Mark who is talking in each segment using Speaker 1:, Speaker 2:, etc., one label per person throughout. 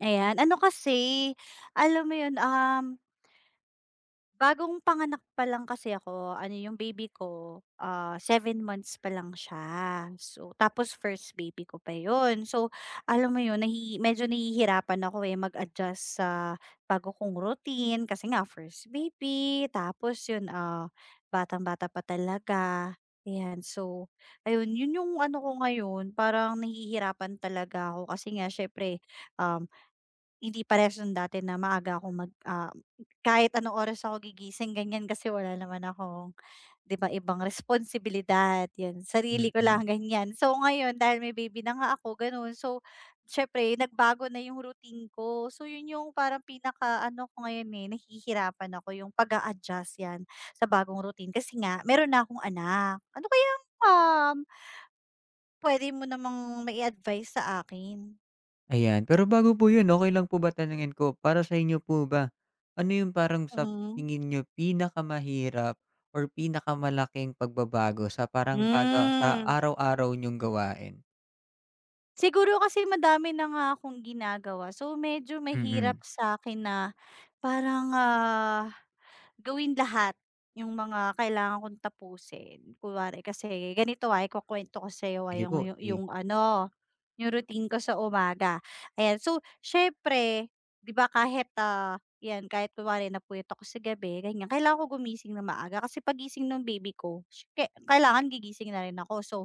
Speaker 1: Ayan, ano kasi, alam mo yun, bagong panganak pa lang kasi ako, ano yung baby ko, 7 months pa lang siya. So, tapos first baby ko pa yun. So, alam mo yun medyo nahihirapan ako, eh, mag-adjust sa bago kong routine kasi nga first baby, tapos yun, batang-bata pa talaga, ayan. So, ayun yun yung ano ko ngayon parang nahihirapan talaga ako kasi nga siyempre, um, hindi parehas nung dati na maaga akong kahit anong oras ako gigising ganyan kasi wala naman akong 'di ba ibang responsibilidad, 'yan sarili ko
Speaker 2: Mm,
Speaker 1: lang ganyan. So ngayon dahil may baby na nga ako gano'n, so siyempre nagbago na yung routine ko. So 'yun yung parang pinakaano ko ngayon, eh, nahihirapan ako yung pag adjust 'yan sa bagong routine kasi nga meron na akong anak. Ano kayang, um, puwede mo namang may advice sa akin?
Speaker 2: Ayan. Pero bago po 'yun, okey lang po ba tanungin ko, para sa inyo po ba, ano yung parang sa
Speaker 1: Mm.
Speaker 2: tingin niyo pinakamahirap or pinakamalaking pagbabago sa parang baga sa
Speaker 1: Hmm.
Speaker 2: araw-araw niyong gawain?
Speaker 1: Siguro kasi madami na nga akong ginagawa, so medyo mahirap
Speaker 2: Mm,
Speaker 1: sa akin na parang, gawin lahat yung mga kailangan kong tapusin. Kunwari kasi ganito, ay ikukuwento ko sa'yo,
Speaker 2: Sige
Speaker 1: yung
Speaker 2: po,
Speaker 1: yu
Speaker 2: sige.
Speaker 1: yung ano, yung routine ko sa umaga. Ayan, so siyempre 'di ba kahit, 'yan kahit kunwari napuyat ako sa gabi ganyan, kailangan ko gumising ng maaga kasi paggising ng baby ko sh- ke kailangan gigising na rin ako. So,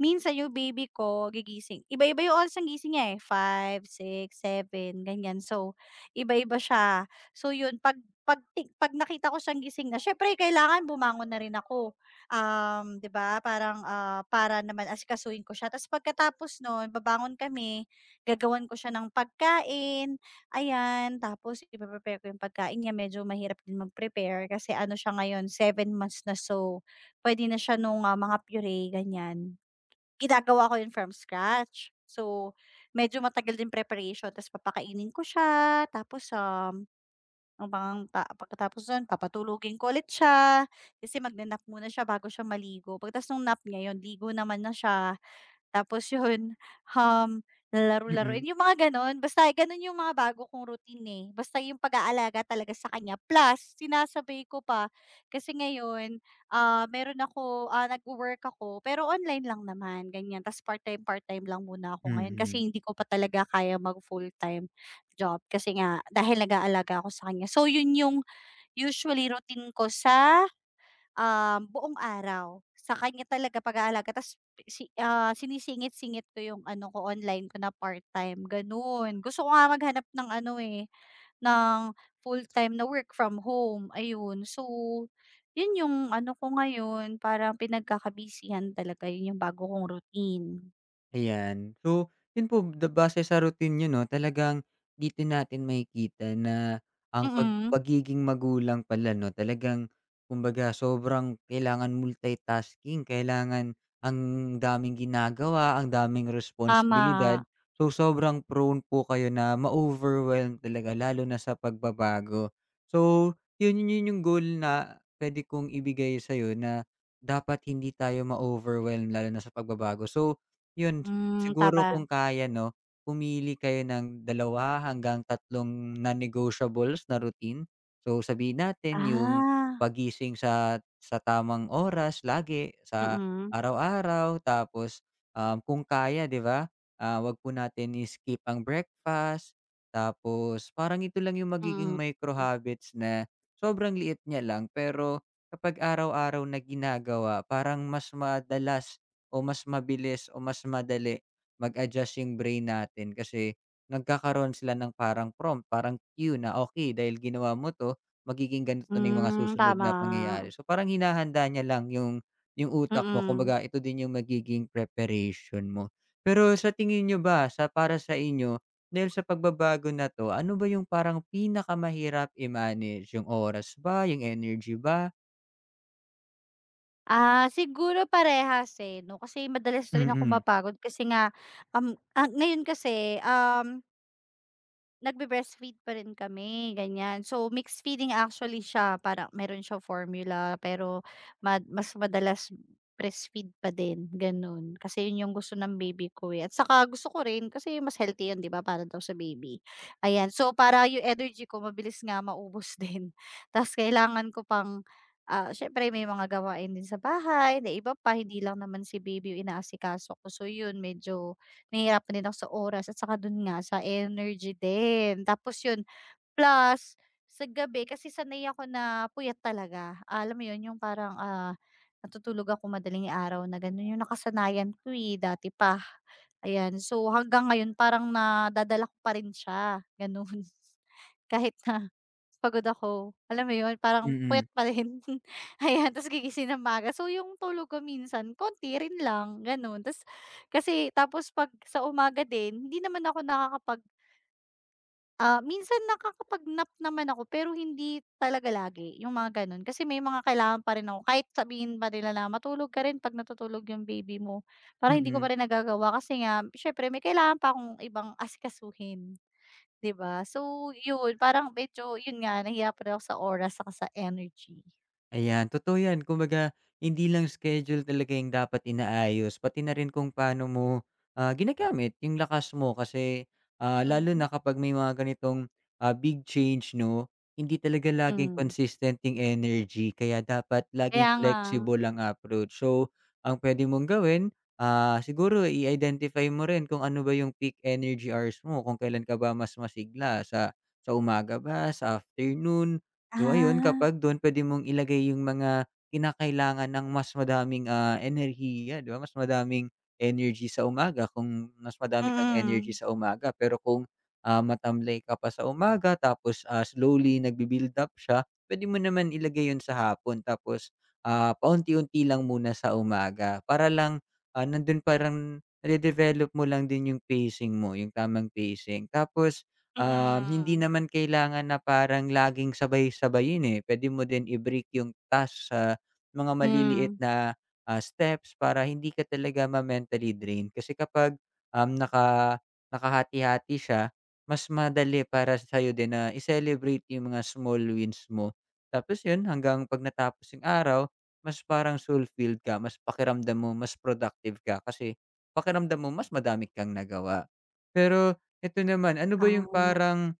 Speaker 1: minsan yung baby ko gigising iba-iba yung oras ng gising niya, eh, 5, 6, 7 ganyan. So, iba-iba siya. So yun, 'pag nakita ko siyang gising na siyempre kailangan bumangon na rin ako, 'di ba, parang, para naman asikasuhin ko siya. Tapos pagkatapos noon, babangon kami, gagawan ko siya ng pagkain, ayan. Tapos ipe-prepare ko yung pagkain niya, medyo mahirap din mag-prepare kasi ano siya ngayon, 7 months na. So, puwede na siya nung, mga puree, ganiyan. Ginagawa ko yun from scratch. So, medyo matagal din preparation tapos papakainin ko siya tapos, um ang pang ta pagkatapos nun papatulugin ko ulit siya, kasi magna muna siya bago siya maligo. Pagkatapos nung nap niya yun ligo naman na siya. Tapos yun, um, lalaro-laruin,
Speaker 2: Mm,
Speaker 1: yung mga gano'n. Basta gano'n yung mga bago kong routine, eh. Basta yung pag-aalaga talaga sa kanya plus sinasabay ko pa kasi ngayon, meron ako, nagwo-work ako pero online lang naman, ganyan. Ta's part-time, part-time lang muna ako ngayon kasi
Speaker 2: mm.
Speaker 1: hindi ko pa talaga kaya mag full-time job kasi nga dahil nag-aalaga ako sa kanya. So yun yung usually routine ko sa buong araw. Sa kanya talaga pag-aalaga ta's sinisingit-singit ko yung ano ko, online ko na part-time, gano'n. Gusto ko nga maghanap ng ano, eh, ng full-time na work from home, ayun. So, yun yung ano ko ngayon, parang talaga, yun yung bago kong routine.
Speaker 2: Ayan. So, yun po da base sa routine niyo 'no, talagang dito natin makikita na ang
Speaker 1: Mm,
Speaker 2: pagiging magulang pala 'no, talagang kumbaga sobrang kailangan multitasking, kailangan ang daming ginagawa, ang daming responsibilidad.
Speaker 1: tama.
Speaker 2: So, sobrang prone po kayo na ma-overwhelm talaga lalo na sa pagbabago. So, yun yun yun yung goal na puwede kong ibigay sa'yo na dapat hindi tayo ma-overwhelm lalo na sa pagbabago. So yun,
Speaker 1: Hmm,
Speaker 2: siguro
Speaker 1: tama.
Speaker 2: kung kaya 'no, pumili kayo ng dalawa hanggang tatlong non-negotiables na routine. So, sabihin natin yung
Speaker 1: Ah,
Speaker 2: pagising sa tamang oras lagi sa
Speaker 1: mm,
Speaker 2: araw-araw, tapos, kung kaya 'di ba, 'wag po natin i-skip ang breakfast. Tapos parang ito lang yung magiging
Speaker 1: mm.
Speaker 2: micro habits na sobrang liit niya lang pero kapag araw-araw na ginagawa parang mas madalas o mas mabilis o mas madali mag-adjust yung brain natin kasi nagkakaroon sila ng parang prompt, parang cue na, okay dahil ginawa mo 'to, magiging ganito na yung mga
Speaker 1: Hmm,
Speaker 2: susunod
Speaker 1: tama.
Speaker 2: na pangyayari." So, parang hinahanda niya lang yung utak mo
Speaker 1: Mm.
Speaker 2: kumbaga ito din yung magiging preparation mo. Pero sa tingin niyo ba para sa inyo, dahil sa pagbabago na 'to, ano ba yung parang pinakamahirap i-manage, yung oras ba, yung energy ba?
Speaker 1: Ah, siguro parehas, eh, 'no, kasi madalas rin ako
Speaker 2: Mm,
Speaker 1: mapagod kasi nga, ngayon kasi, nagbe-breastfeed pa rin kami, ganyan. So, mixed feeding actually siya, parang meron siyang formula pero mas madalas breastfeed pa din, gano'n. Kasi 'yun 'yung gusto ng baby ko, eh, at saka gusto ko rin kasi mas healthy 'yun 'di ba, para daw sa baby, ayan. So, para 'yung energy ko mabilis nga maubos din, ta's kailangan ko pang, siyempre may mga gawain din sa bahay na iba pa, hindi lang naman si baby 'yung inaasikaso ko. So 'yun medyo nahihirapan din ako sa oras at saka dun nga sa energy din. Tapos yun, plus, sa gabi kasi sanay ako na puyat talaga. Alam mo 'yun, yung parang, natutulog ako madaling araw na gano'n yung nakasanayan ko, eh, dati pa. Ayan, so hanggang ngayon parang nadadala ko pa rin siya, gano'n. Kahit na pagod ako, alam mo 'yun, parang puyat
Speaker 2: mm,
Speaker 1: pa rin. Ayan, ta's gigising ng maaga. So yung tulog ko minsan konti rin lang, gano'n. Ta's kasi tapos 'pag sa umaga din, hindi naman ako Ah, minsan nakakapag-nap naman ako pero hindi talaga lagi, yung mga gano'n. Kasi may mga kailangan pa rin ako kahit sabihin pa nila na matulog ka rin 'pag natutulog yung baby mo, parang hindi ko
Speaker 2: mm.
Speaker 1: pa rin nagagawa kasi nga siyempre may kailangan pa akong ibang asikasuhin, 'di ba? So, yun parang medyo yun nga nahiya pa rin ako sa oras saka sa energy.
Speaker 2: Ayan, totoo 'yan. Kumbaga, hindi lang schedule talaga yung dapat inaayos, pati na rin kung paano mo, ginagamit yung lakas mo. Kasi, lalo
Speaker 1: Mm.
Speaker 2: na kapag may mga ganitong, big change 'no, hindi talaga laging
Speaker 1: Hmm,
Speaker 2: consistent yung energy kaya dapat laging
Speaker 1: kaya nga.
Speaker 2: flexible ang approach. So, ang puwede mong gawin, siguro i-identify mo rin kung ano ba yung peak energy hours mo, kung kailan ka ba mas masigla, sa umaga ba, sa afternoon. So ayun,
Speaker 1: Ah,
Speaker 2: kapag dun puwede mong ilagay yung mga kinakailangan ng mas madaming, enerhiya, 'di ba, mas madaming energy sa umaga kung mas madami kang energy
Speaker 1: mm.
Speaker 2: sa umaga. Pero kung, matamlay ka pa sa umaga tapos, slowly nagbi-build up siya, puwede mo naman ilagay yun sa hapon tapos, paunti-unti lang muna sa umaga para lang, nandun parang nade-develop mo lang din yung pacing mo, yung tamang pacing. Tapos hindi
Speaker 1: Mm.
Speaker 2: naman kailangan na parang laging sabay-sabay yun, eh. Puwede mo din i-break yung task sa mga maliliit
Speaker 1: Hmm,
Speaker 2: na, steps para hindi ka talaga ma-mentally drained. Kasi kapag, um, naka nakahati-hati siya, mas madali para sa'yo din na i-celebrate yung mga small wins mo. Tapos yun, hanggang 'pag natapos yung araw, mas parang soul-filled ka, mas pakiramdam mo mas productive ka kasi pakiramdam mo mas madami kang nagawa. Pero eto naman, ano ba yung
Speaker 1: ah.
Speaker 2: parang,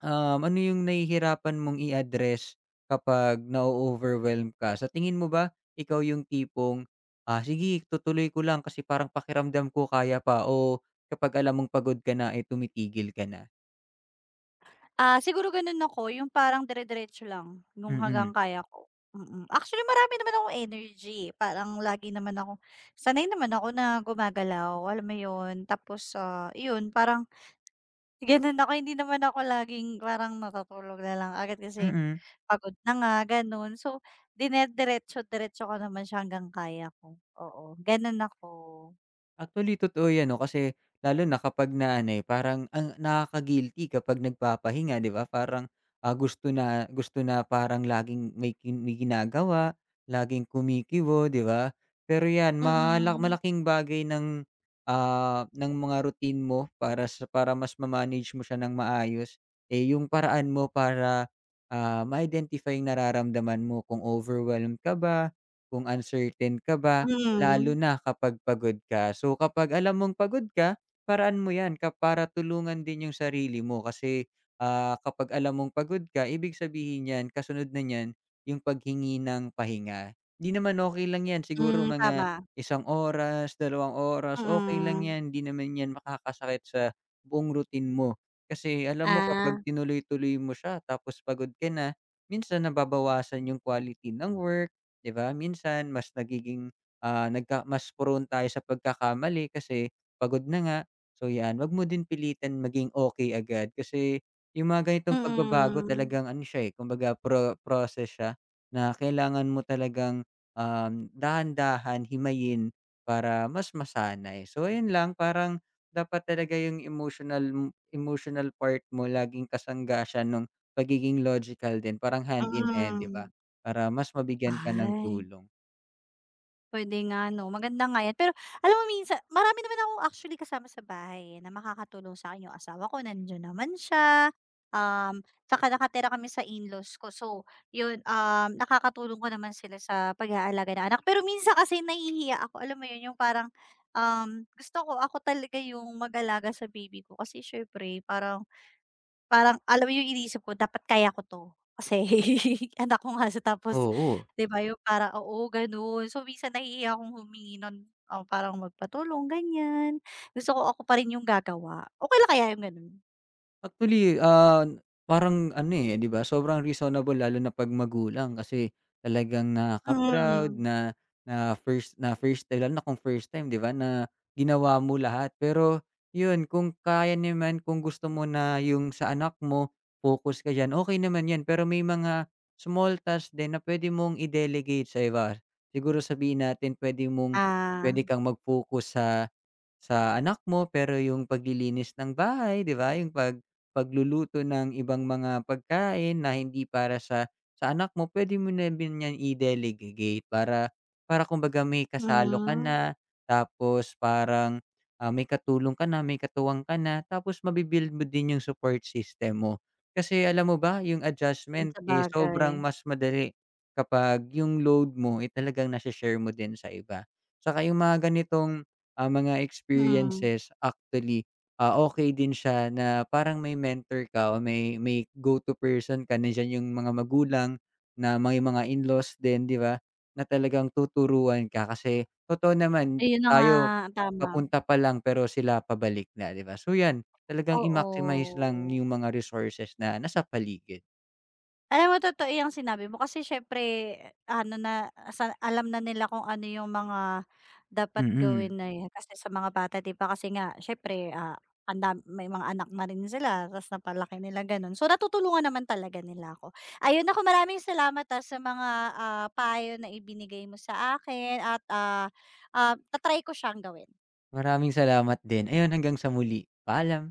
Speaker 2: ano yung nahihirapan mong i-address kapag na overwhelm ka? Sa tingin mo ba ikaw yung tipong, "Ah, sige tutuloy ko lang kasi parang pakiramdam ko kaya pa." o kapag alam mong pagod ka na, eh, tumitigil ka na?
Speaker 1: Ah, siguro gano'n ako, yung parang dire-diretso lang, yung hanggang
Speaker 2: Mm,
Speaker 1: kaya ko, mm. Actually, marami naman akong energy, eh. Parang lagi naman ako sanay naman ako na gumagalaw, alam mo 'yun. Tapos, 'yun parang gano'n ako, hindi naman ako laging parang natutulog na lang agad kasi
Speaker 2: mm.
Speaker 1: pagod na nga, gano'n. So, dinediretso-diretso ko naman siya hanggang kaya ko, oo, gano'n ako.
Speaker 2: Actually, totoo 'yan 'no, kasi lalo na kapag na ano, eh, parang ang nakaka-guilty kapag nagpapahinga, 'di ba? Parang, gusto na parang laging may ginagawa, laging kumikibo, 'di ba? Pero 'yan,
Speaker 1: Mm,
Speaker 2: malaking bagay ng, ng mga routine mo para sa para mas ma-manage mo siya ng maayos, eh, yung paraan mo para, ma-identify yung nararamdaman mo kung overwhelmed ka ba, kung uncertain ka ba. Lalo
Speaker 1: mm,
Speaker 2: na kapag pagod ka. So, kapag alam mong pagod ka, paraan mo 'yan ka para tulungan din yung sarili mo kasi, kapag alam mong pagod ka ibig sabihin niyan kasunod na niyan yung paghingi ng pahinga. 'Di naman okay lang 'yan siguro
Speaker 1: mm,
Speaker 2: mga
Speaker 1: tama,
Speaker 2: isang oras, dalawang oras, okay lang
Speaker 1: mm.
Speaker 2: 'yan, 'di naman 'yan makakasakit sa buong routine mo. Kasi alam mo kapag
Speaker 1: Ah,
Speaker 2: tinuloy-tuloy mo siya tapos pagod ka na, minsan nababawasan yung quality ng work, 'di ba? Minsan mas nagiging ah, nagka mas prone tayo sa pagkakamali kasi pagod na nga. So 'yan, 'wag mo din pilitan maging okay agad kasi yung mga ganitong pagbabago
Speaker 1: mm.
Speaker 2: talagang ano siya, eh, kumbaga process siya na kailangan mo talagang, dahan-dahan himayin para mas masanay. So ayun lang, parang dapat talaga yung emotional part mo laging kasangga siya nung pagiging logical din, parang hand in hand, 'di ba?
Speaker 1: Mm.
Speaker 2: Para mas mabigyan ka ng
Speaker 1: Ay,
Speaker 2: tulong.
Speaker 1: puwede nga 'no, maganda nga 'yan. Pero alam mo minsan marami naman akong actually kasama sa bahay, eh, na makakatulong sa'kin. Yung asawa ko nandiyan naman siya, um, tsaka nakatira kami sa in-laws ko. So yun, nakakatulong ko naman sila sa pag-aalaga ng anak. Pero minsan kasi nahihiya ako, alam mo yun, yung parang, gusto ko ako talaga yung mag-alaga sa baby ko kasi siyempre parang Parang alam mo yung iniisip ko dapat kaya ko 'to, kasi anak ko nga siya tapos
Speaker 2: Oo.
Speaker 1: 'di ba yung parang oo gano'n. So minsan nahihiya akong humingi ng, parang magpatulong ganyan. Gusto ko ako pa rin yung gagawa. Okey lang kaya yung gano'n?
Speaker 2: Actually, parang ano, eh, 'di ba, sobrang reasonable lalo na 'pag magulang kasi talagang nakaka-proud
Speaker 1: Mm.
Speaker 2: na na first time lalo na kung first time, 'di ba, na ginawa mo lahat. Pero 'yun, kung kaya naman, kung gusto mo na 'yung sa anak mo focus ka diyan, okay naman 'yan. Pero may mga small task din na puwede mong i-delegate sa iba. Siguro sabihin natin puwede mong
Speaker 1: Ah,
Speaker 2: pwede kang mag-focus sa anak mo pero 'yung paglilinis ng bahay, 'di ba, 'yung pagluluto ng ibang mga pagkain na hindi para sa anak mo, pwede mo na din 'yan i-delegate para para kumbaga may kasalo ka
Speaker 1: mm.
Speaker 2: na, tapos parang, may katulong ka na, may katuwang ka na, tapos mo din yung support system mo. Kasi alam mo ba yung
Speaker 1: Hmm,
Speaker 2: adjustment, eh, sobrang
Speaker 1: sabagay.
Speaker 2: mas madali kapag yung load mo, eh, talagang nase-share mo din sa iba. Tsaka yung mga ganitong, mga
Speaker 1: Mm.
Speaker 2: experiences, actually, okay din siya na parang may mentor ka o may go-to person ka. Nandiyan yung mga magulang na may mga in-laws din, 'di ba, na talagang tuturuan ka kasi totoo naman
Speaker 1: Ayun na nga,
Speaker 2: tayo
Speaker 1: tama.
Speaker 2: papunta pa lang pero sila pabalik na, 'di ba? So 'yan, talagang i-maximize lang
Speaker 1: Oo.
Speaker 2: yung mga resources na nasa paligid.
Speaker 1: Alam mo totoo yung sinabi mo kasi syempre ano na sa alam na nila kung ano 'yung mga dapat
Speaker 2: Mm.
Speaker 1: gawin na 'yan kasi sa mga bata 'di ba kasi nga syempre andam may mga anak na rin sila ta's napalaki nila gano'n. So, natutulungan naman talaga nila ako. Ayun ako maraming salamat, sa mga, payo na ibinigay mo sa akin at, ta ko siyang gawin.
Speaker 2: Maraming salamat din. Ayun, hanggang sa muli. Paalam.